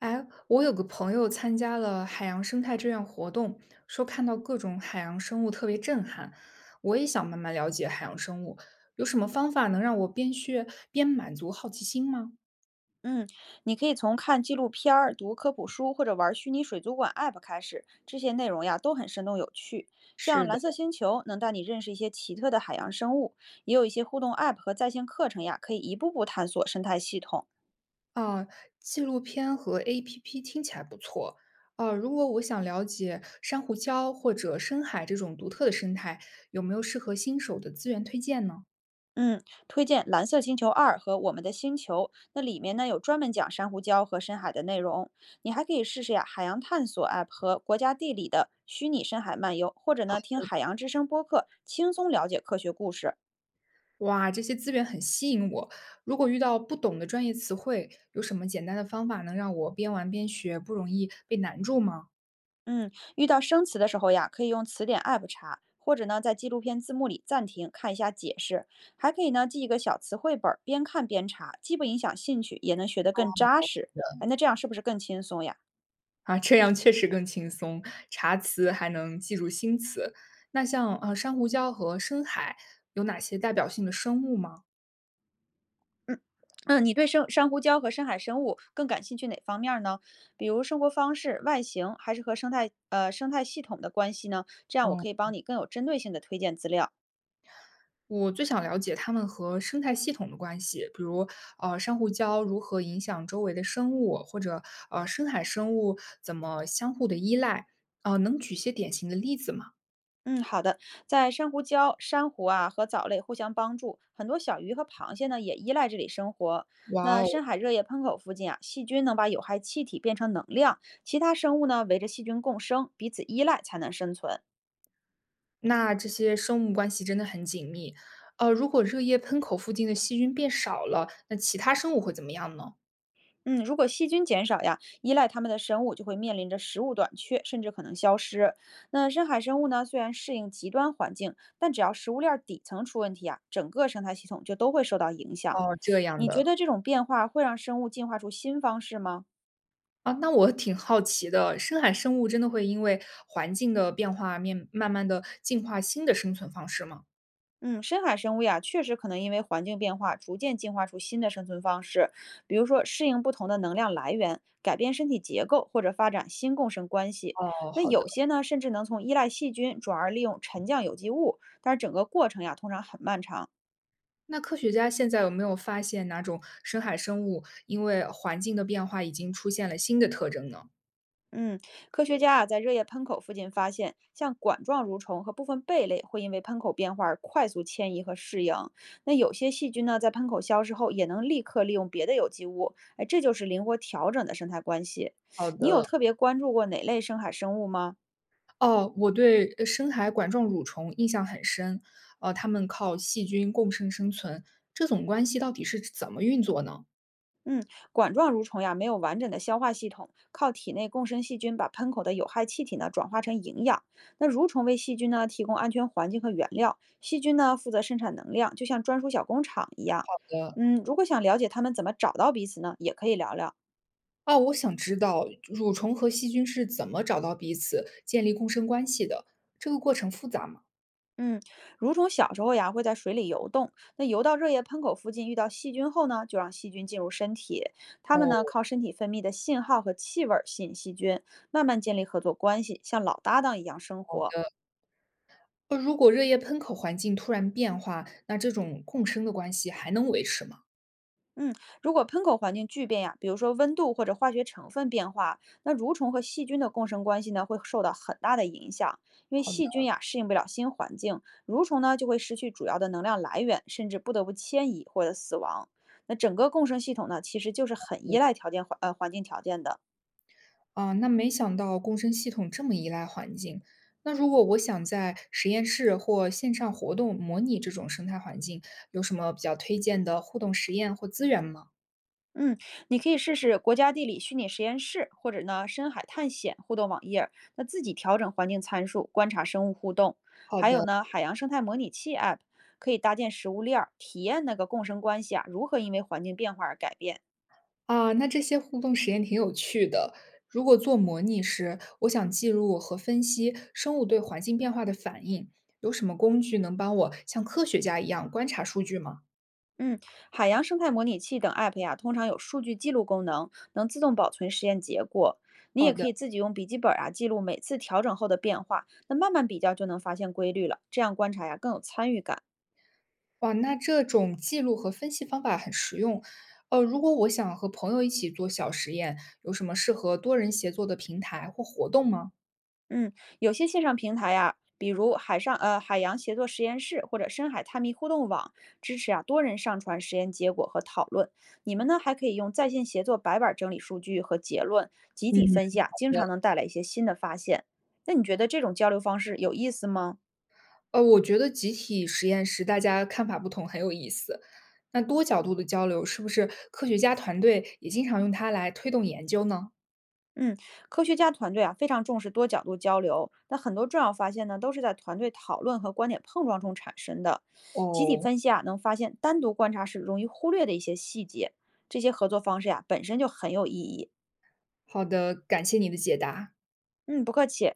哎，我有个朋友参加了海洋生态志愿活动，说看到各种海洋生物特别震撼。我也想慢慢了解海洋生物，有什么方法能让我边学边满足好奇心吗？嗯，你可以从看纪录片儿、读科普书或者玩虚拟水族馆 App 开始，这些内容呀都很生动有趣。是像的，蓝色星球能带你认识一些奇特的海洋生物，也有一些互动 App 和在线课程呀，可以一步步探索生态系统。啊，纪录片和 APP 听起来不错。啊，如果我想了解珊瑚礁或者深海这种独特的生态，有没有适合新手的资源推荐呢？嗯，推荐《蓝色星球二》和《我们的星球》，那里面呢有专门讲珊瑚礁和深海的内容。你还可以试试呀海洋探索 App 和国家地理的虚拟深海漫游，或者呢听海洋之声播客，轻松了解科学故事。哇，这些资源很吸引我。如果遇到不懂的专业词汇，有什么简单的方法能让我边玩边学，不容易被难住吗？嗯，遇到生词的时候呀，可以用词典 App 查，或者呢在纪录片字幕里暂停看一下解释，还可以呢记一个小词汇本儿，边看边查，既不影响兴趣，也能学得更扎实。哎，那这样是不是更轻松呀？啊，这样确实更轻松，查词还能记住新词。那像珊瑚礁和深海有哪些代表性的生物吗？嗯嗯，你对生珊瑚礁和深海生物更感兴趣哪方面儿呢？比如生活方式、外形，还是和生态生态系统的关系呢？这样我嗯，可以帮你更有针对性的推荐资料。我最想了解它们和生态系统的关系，比如珊瑚礁如何影响周围的生物，或者深海生物怎么相互的依赖。啊、能举些典型的例子吗？嗯，好的。在珊瑚礁，珊瑚啊和藻类互相帮助，很多小鱼和螃蟹呢也依赖这里生活。哇那哦，深海热液喷口附近啊，细菌能把有害气体变成能量，其他生物呢围着细菌共生，彼此依赖才能生存。那这些生物关系真的很紧密。如果热液喷口附近的细菌变少了，那其他生物会怎么样呢？嗯，如果细菌减少呀，依赖它们的生物就会面临着食物短缺，甚至可能消失。那深海生物呢，虽然适应极端环境，但只要食物链儿底层出问题啊，整个生态系统就都会受到影响。哦，这样你的。觉得这种变化会让生物进化出新方式吗？啊，那我挺好奇的，深海生物真的会因为环境的变化面，慢慢的进化新的生存方式吗？嗯，深海生物呀，确实可能因为环境变化，逐渐进化出新的生存方式，比如说适应不同的能量来源，改变身体结构，或者发展新共生关系。哦，那好的。有些呢，甚至能从依赖细菌转而利用沉降有机物，但是整个过程呀，通常很漫长。那科学家现在有没有发现哪种深海生物因为环境的变化已经出现了新的特征呢？嗯，科学家啊，在热液喷口附近发现，像管状蠕虫和部分贝类会因为喷口变化而快速迁移和适应。那有些细菌呢，在喷口消失后，也能立刻利用别的有机物。哎，这就是灵活调整的生态关系。好你有的，特别关注过哪类深海生物吗？哦，我对深海管状蠕虫印象很深，它们靠细菌共生生存，这种关系到底是怎么运作呢？嗯，管状蠕虫呀，没有完整的消化系统，靠体内共生细菌把喷口的有害气体呢转化成营养。那蠕虫为细菌呢提供安全环境和原料，细菌呢负责生产能量，就像专属小工厂一样。呃，嗯，如果想了解它们怎么找到彼此呢，也可以聊聊。哦，我想知道蠕虫和细菌是怎么找到彼此、建立共生关系的，这个过程复杂吗？嗯，蠕虫小时候呀会在水里游动，那游到热液喷口附近遇到细菌后呢，就让细菌进入身体。它们哦，呢靠身体分泌的信号和气味儿吸引细菌，慢慢建立合作关系，像老搭档一样生好活。的呃如果热液喷口环境突然变化，那这种共生的关系还能维持吗？嗯，如果喷口环境巨变呀，比如说温度或者化学成分变化，那蠕虫和细菌的共生关系呢会受到很大的影响，因为好的。细菌呀适应不了新环境，蠕虫呢就会失去主要的能量来源，甚至不得不迁移或者死亡。那整个共生系统呢，其实就是很依赖条件环境条件的。啊，那没想到共生系统这么依赖环境。那如果我想在实验室或线上活动模拟这种生态环境，有什么比较推荐的互动实验或资源吗？嗯，你可以试试国家地理虚拟实验室，或者呢深海探险互动网页儿，那自己调整环境参数，观察生物互动。好还的，有呢，海洋生态模拟器 App 可以搭建食物链儿，体验那个共生关系啊，如何因为环境变化而改变。啊，那这些互动实验挺有趣的。如果做模拟时，我想记录和分析生物对环境变化的反应，有什么工具能帮我像科学家一样观察数据吗？嗯，海洋生态模拟器等 App 呀，通常有数据记录功能，能自动保存实验结果。你好也的。可以自己用笔记本儿啊，记录每次调整后的变化，那慢慢比较就能发现规律了。这样观察呀更有参与感。哇，那这种记录和分析方法很实用。如果我想和朋友一起做小实验，有什么适合多人协作的平台或活动吗？嗯，有些线上平台呀、比如海洋协作实验室或者深海探秘互动网，支持啊多人上传实验结果和讨论。你们呢还可以用在线协作白板整理数据和结论，集体嗯，分析啊，经常能带来一些新的发现。那你觉得这种交流方式有意思吗？我觉得集体实验时大家看法不同很有意思。那多角度的交流，是不是科学家团队也经常用它来推动研究呢？嗯，科学家团队啊非常重视多角度交流，那很多重要发现呢都是在团队讨论和观点碰撞中产生的。集体哦，分析啊能发现单独观察时容易忽略的一些细节，这些合作方式呀、本身就很有意义。好的，感谢你的解答。嗯，不客气。